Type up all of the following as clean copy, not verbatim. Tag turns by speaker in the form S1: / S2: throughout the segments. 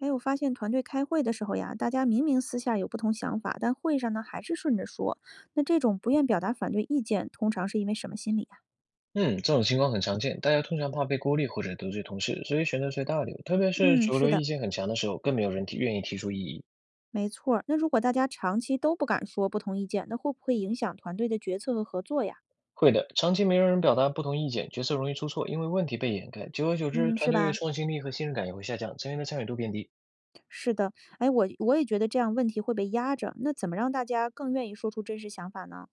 S1: 哎，我发现团队开会的时候呀，大家明明私下有不同想法，但会上呢还是顺着说。那这种不愿表达反对意见，通常是因为什么心理呀？
S2: 嗯，这种情况很常见，大家通常怕被孤立或者得罪同事，所以选择随大流。特别是
S1: 嗯，
S2: 主
S1: 是
S2: 流意
S1: 的，
S2: 见很强的时候，更没有人愿意提出异议。
S1: 没错儿。那如果大家长期都不敢说不同意见，那会不会影响团队的决策和合作呀？
S2: 会的，长期没有人表达不同意见，决策容易出错，因为问题被掩盖。久而久之，
S1: 嗯，
S2: 团
S1: 是
S2: 队的
S1: 吧？
S2: 创新力和信任感也会下降，成员的参与度变低。
S1: 是的，哎，我也觉得这样问题会被压着。那怎么让大家更愿意说出真实想法呢？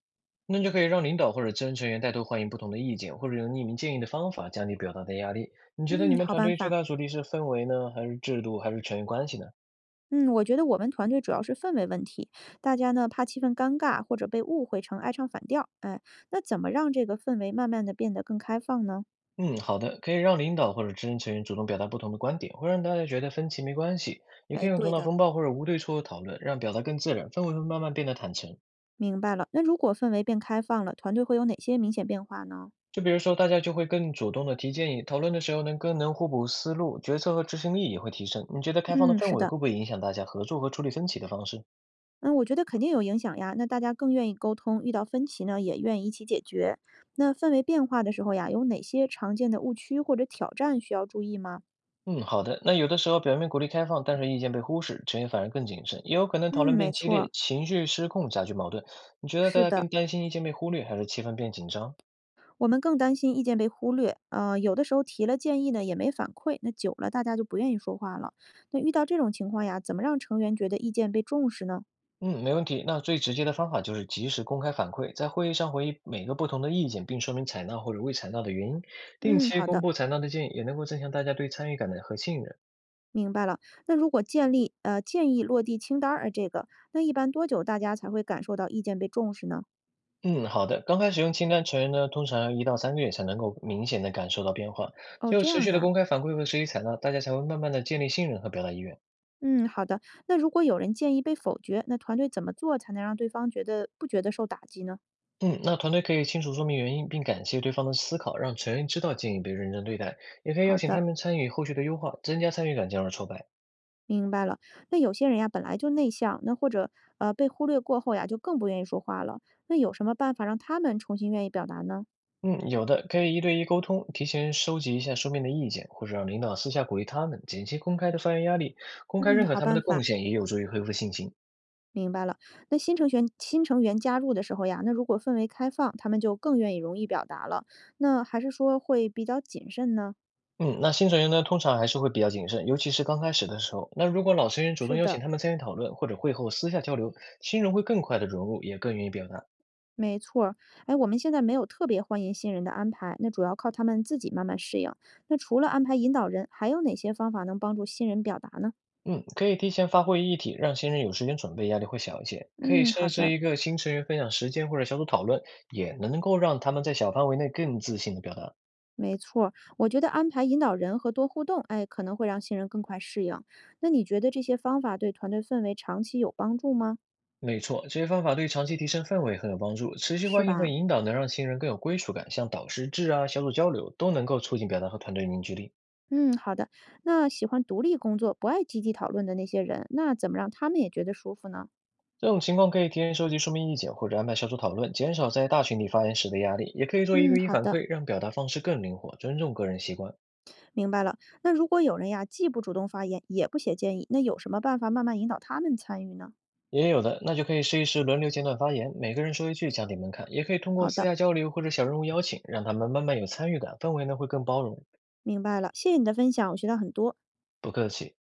S2: 那就可以让领导或者资深成员带头欢迎不同的意见，或者用匿名建议的方法降低表达的压力。你觉得你
S1: 嗯，
S2: 们
S1: 好
S2: 团
S1: 办
S2: 队最
S1: 法。
S2: 大阻力是氛围呢，还是制度，还是成员关系呢？
S1: 嗯，我觉得我们团队主要是氛围问题，大家呢怕气氛尴尬或者被误会成爱唱反调，哎，那怎么让这个氛围慢慢的变得更开放呢？
S2: 嗯，好的，可以让领导或者资深成员主动表达不同的观点，会让大家觉得分歧没关系。也可
S1: 哎，
S2: 以用头
S1: 对
S2: 脑
S1: 的，
S2: 风暴或者无对错讨论，让表达更自然，氛围会慢慢变得坦诚。
S1: 明白了。那如果氛围变开放了，团队会有哪些明显变化呢？
S2: 就比如说，大家就会更主动的提建议，讨论的时候更能互补思路，决策和执行力也会提升。你觉得开放的
S1: 嗯，
S2: 氛
S1: 是
S2: 围
S1: 的，
S2: 会不会影响大家合作和处理分歧的方式？
S1: 嗯，我觉得肯定有影响呀。那大家更愿意沟通，遇到分歧呢也愿意一起解决。那氛围变化的时候呀，有哪些常见的误区或者挑战需要注意吗？
S2: 嗯，好的。那有的时候表面鼓励开放，但是意见被忽视，成员反而更谨慎，也有可能讨
S1: 嗯，
S2: 论
S1: 没
S2: 变激
S1: 错，
S2: 烈，情绪失控，加剧矛盾。你觉得大
S1: 是
S2: 家
S1: 的。
S2: 更担心意见被忽略，还是气氛变紧张？
S1: 我们更担心意见被忽略，有的时候提了建议呢也没反馈，那久了大家就不愿意说话了。那遇到这种情况呀，怎么让成员觉得意见被重视呢？
S2: 嗯，没问题。那最直接的方法就是及时公开反馈，在会议上回忆每个不同的意见，并说明采纳或者未采纳的原因。定
S1: 嗯，
S2: 期
S1: 好
S2: 公
S1: 的，
S2: 布采纳的建议，也能够增强大家对参与感的和信任。
S1: 明白了。那如果建立建议落地清单儿，这个，那一般多久大家才会感受到意见被重视呢？
S2: 嗯，好的。刚开始用清单，成员呢通常要1到3个月才能够明显的感受到变化。
S1: 哦，
S2: 只有
S1: 这
S2: 持
S1: 样
S2: 续的
S1: 呀。
S2: 公开反馈和实际采纳，大家才会慢慢的建立信任和表达意愿。
S1: 嗯，好的。那如果有人建议被否决，那团队怎么做才能让对方觉得不觉得受打击呢？
S2: 嗯，那团队可以清楚说明原因，并感谢对方的思考，让成员知道建议被认真对待，也可以邀
S1: 好
S2: 请他
S1: 的。
S2: 们参与后续的优化，增加参与感，进而挫败。
S1: 明白了，那有些人呀，本来就内向，那或者被忽略过后呀，就更不愿意说话了。那有什么办法让他们重新愿意表达呢？
S2: 嗯，有的，可以一对一沟通，提前收集一下书面的意见，或者让领导私下鼓励他们，减轻公开的发言压力。公开
S1: 嗯，
S2: 认可
S1: 好
S2: 他们
S1: 办
S2: 的贡
S1: 法，
S2: 献，也有助于恢复信心。
S1: 明白了。那新成员加入的时候呀，那如果氛围开放，他们就更愿意容易表达了。那还是说会比较谨慎呢？
S2: 嗯，那新成员呢，通常还是会比较谨慎，尤其是刚开始的时候。那如果老成员主动
S1: 是
S2: 邀请
S1: 的，
S2: 他们参与讨论，或者会后私下交流，新人会更快的融入，也更愿意表达。
S1: 没错儿。哎，我们现在没有特别欢迎新人的安排，那主要靠他们自己慢慢适应。那除了安排引导人，还有哪些方法能帮助新人表达呢？
S2: 嗯，可以提前发挥议题，让新人有时间准备，压力会小一些。可以
S1: 嗯，好
S2: 设置
S1: 的。
S2: 一个新成员分享时间或者小组讨论，也能够让他们在小范围内更自信的表达。
S1: 没错儿，我觉得安排引导人和多互动，哎，可能会让新人更快适应。那你觉得这些方法对团队氛围长期有帮助吗？
S2: 没错，这些方法对长期提升氛围很有帮助。持续
S1: 是
S2: 欢迎和
S1: 吧？
S2: 引导能让新人更有归属感，像导师制啊、小组交流都能够促进表达和团队凝聚力。
S1: 嗯，好的。那喜欢独立工作、不爱积极讨论的那些人，那怎么让他们也觉得舒服呢？
S2: 这种情况可以提前收集书面意见，或者安排小组讨论，减少在大群体发言时的压力。也可以做一
S1: 嗯，
S2: 对一
S1: 好
S2: 反
S1: 的，
S2: 馈，让表达方式更灵活，尊重个人习惯。
S1: 明白了。那如果有人呀，既不主动发言，也不写建议，那有什么办法慢慢引导他们参与呢？
S2: 也有的，那就可以试一试轮流简短发言，每个人说一句，降低门槛。也可以通
S1: 好
S2: 过私
S1: 的，
S2: 下交流或者小任务邀请，让他们慢慢有参与感，氛围呢会更包容。
S1: 明白了。谢谢你的分享，我学到很多。
S2: 不客气。